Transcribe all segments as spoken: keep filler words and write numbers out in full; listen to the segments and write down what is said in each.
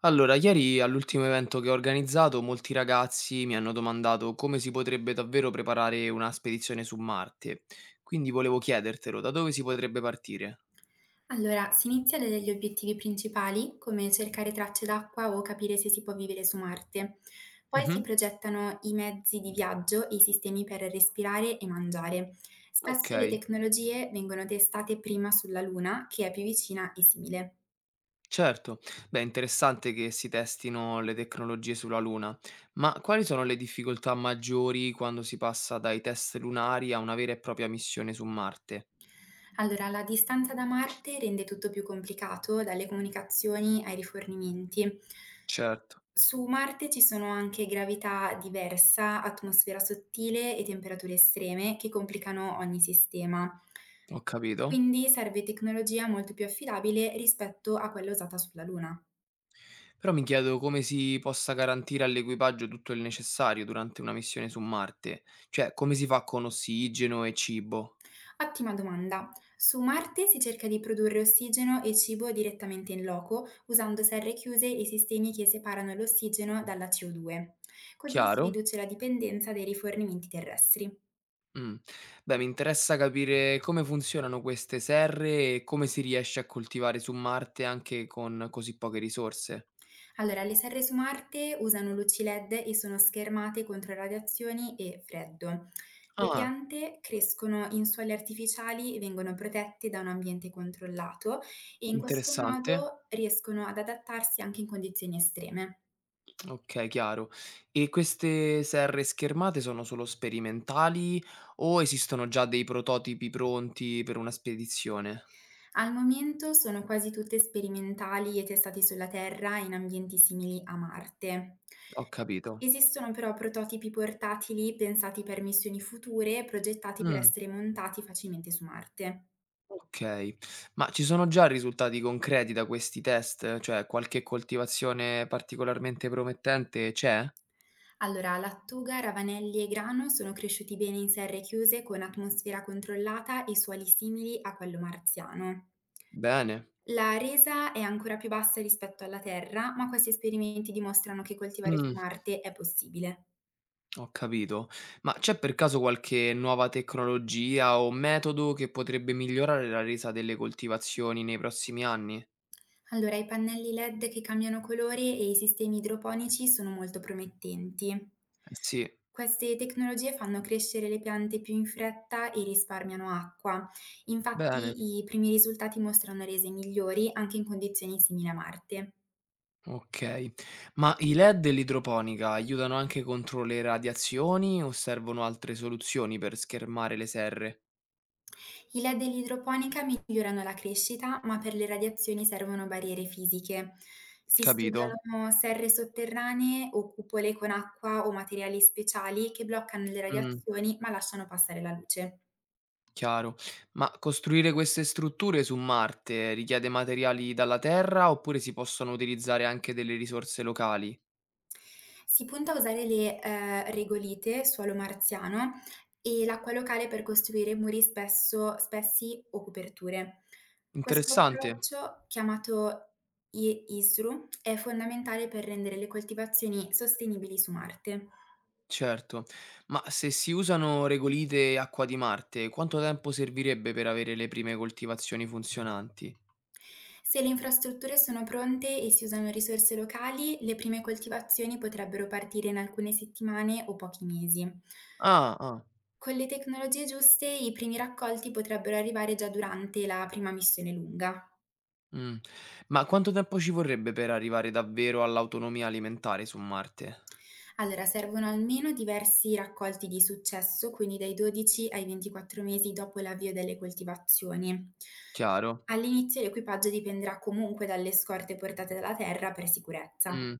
Allora, ieri all'ultimo evento che ho organizzato, molti ragazzi mi hanno domandato come si potrebbe davvero preparare una spedizione su Marte. Quindi volevo chiedertelo, da dove si potrebbe partire? Allora, si inizia da degli obiettivi principali, come cercare tracce d'acqua o capire se si può vivere su Marte. Poi si Mhm. progettano i mezzi di viaggio e i sistemi per respirare e mangiare. Spesso le Ok, tecnologie vengono testate prima sulla Luna, che è più vicina e simile. certo. Beh, è interessante che si testino le tecnologie sulla Luna, ma quali sono le difficoltà maggiori quando si passa dai test lunari a una vera e propria missione su Marte? Allora, la distanza da Marte rende tutto più complicato, dalle comunicazioni ai rifornimenti. Certo, Su Marte ci sono anche gravità diversa, atmosfera sottile e temperature estreme che complicano ogni sistema. ho capito. Quindi serve tecnologia molto più affidabile rispetto a quella usata sulla Luna. Però mi chiedo come si possa garantire all'equipaggio tutto il necessario durante una missione su Marte, cioè come si fa con ossigeno e cibo? Ottima domanda. Su Marte si cerca di produrre ossigeno e cibo direttamente in loco, usando serre chiuse e sistemi che separano l'ossigeno dalla ci o due. Così si Chiaro? riduce la dipendenza dai rifornimenti terrestri. Mm. Beh, mi interessa capire come funzionano queste serre e come si riesce a coltivare su Marte anche con così poche risorse. Allora, le serre su Marte usano luci LED e sono schermate contro radiazioni e freddo. Le Ah, piante crescono in suoli artificiali e vengono protette da un ambiente controllato e in questo interessante. modo riescono ad adattarsi anche in condizioni estreme. Ok, chiaro. E queste serre schermate sono solo sperimentali o esistono già dei prototipi pronti per una spedizione? Al momento sono quasi tutte sperimentali e testate sulla Terra in ambienti simili a Marte. Ho capito. Esistono però prototipi portatili pensati per missioni future e progettati per Mm. essere montati facilmente su Marte. Okay, ma ci sono già risultati concreti da questi test? Cioè qualche coltivazione particolarmente promettente c'è? Allora, lattuga, ravanelli e grano sono cresciuti bene in serre chiuse con atmosfera controllata e suoli simili a quello marziano. Bene. La resa è ancora più bassa rispetto alla terra, ma questi esperimenti dimostrano che coltivare su Mh, Marte è possibile. ho capito. Ma c'è per caso qualche nuova tecnologia o metodo che potrebbe migliorare la resa delle coltivazioni nei prossimi anni? Allora, i pannelli LED che cambiano colore e i sistemi idroponici sono molto promettenti. Eh sì, Queste tecnologie fanno crescere le piante più in fretta e risparmiano acqua. bene, Infatti, i primi risultati mostrano rese migliori anche in condizioni simili a Marte. okay. Ma i L E D e l'idroponica aiutano anche contro le radiazioni o servono altre soluzioni per schermare le serre? I LED e l'idroponica migliorano la crescita, ma per le radiazioni servono barriere fisiche. Si Capito. studiano serre sotterranee o cupole con acqua o materiali speciali che bloccano le Mh. radiazioni ma lasciano passare la luce. Chiaro. Ma costruire queste strutture su Marte richiede materiali dalla Terra oppure si possono utilizzare anche delle risorse locali? Si punta a usare le, ehm, regolite, suolo marziano e l'acqua locale per costruire muri spesso spessi o coperture. Questo Interessante, approccio, chiamato i ISRU, è fondamentale per rendere le coltivazioni sostenibili su Marte. certo. Ma se si usano regolite e acqua di Marte, quanto tempo servirebbe per avere le prime coltivazioni funzionanti? Se le infrastrutture sono pronte e si usano risorse locali, le prime coltivazioni potrebbero partire in alcune settimane o pochi mesi. Ah, ah. Con le tecnologie giuste i primi raccolti potrebbero arrivare già durante la prima missione lunga. Mm. Ma quanto tempo ci vorrebbe per arrivare davvero all'autonomia alimentare su Marte? Allora servono almeno diversi raccolti di successo, quindi dai dodici ai ventiquattro mesi dopo l'avvio delle coltivazioni. Chiaro. All'inizio l'equipaggio dipenderà comunque dalle scorte portate dalla Terra per sicurezza. Mm.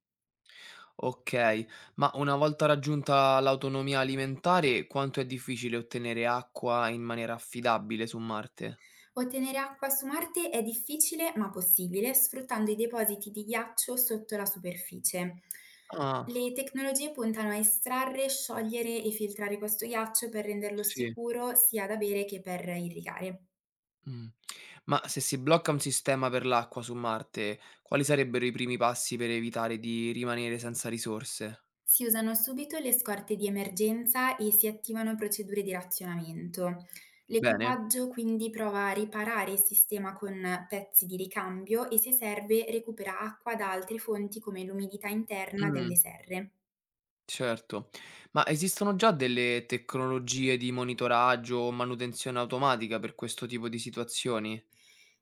Okay, ma una volta raggiunta l'autonomia alimentare, quanto è difficile ottenere acqua in maniera affidabile su Marte? Ottenere acqua su Marte è difficile ma possibile sfruttando i depositi di ghiaccio sotto la superficie. Ah, Le tecnologie puntano a estrarre, sciogliere e filtrare questo ghiaccio per renderlo sì, sicuro sia da bere che per irrigare. mh. Ma se si blocca un sistema per l'acqua su Marte, quali sarebbero i primi passi per evitare di rimanere senza risorse? Si usano subito le scorte di emergenza e si attivano procedure di razionamento. Bene? L'equipaggio quindi prova a riparare il sistema con pezzi di ricambio e se serve recupera acqua da altre fonti come l'umidità interna Mh, delle serre. certo. Ma esistono già delle tecnologie di monitoraggio o manutenzione automatica per questo tipo di situazioni?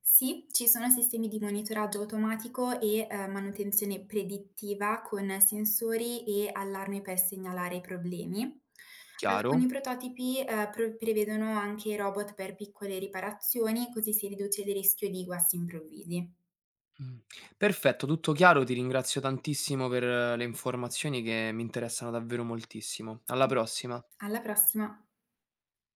Sì, ci sono sistemi di monitoraggio automatico e, ehm, manutenzione predittiva con sensori e allarmi per segnalare i problemi. Alcuni Chiaro? prototipi, ehm, pro prevedono anche robot per piccole riparazioni, così si riduce il rischio di guasti improvvisi. Mh. Perfetto, tutto chiaro, ti ringrazio tantissimo per eh, le informazioni che mi interessano davvero moltissimo. Alla prossima. Alla prossima.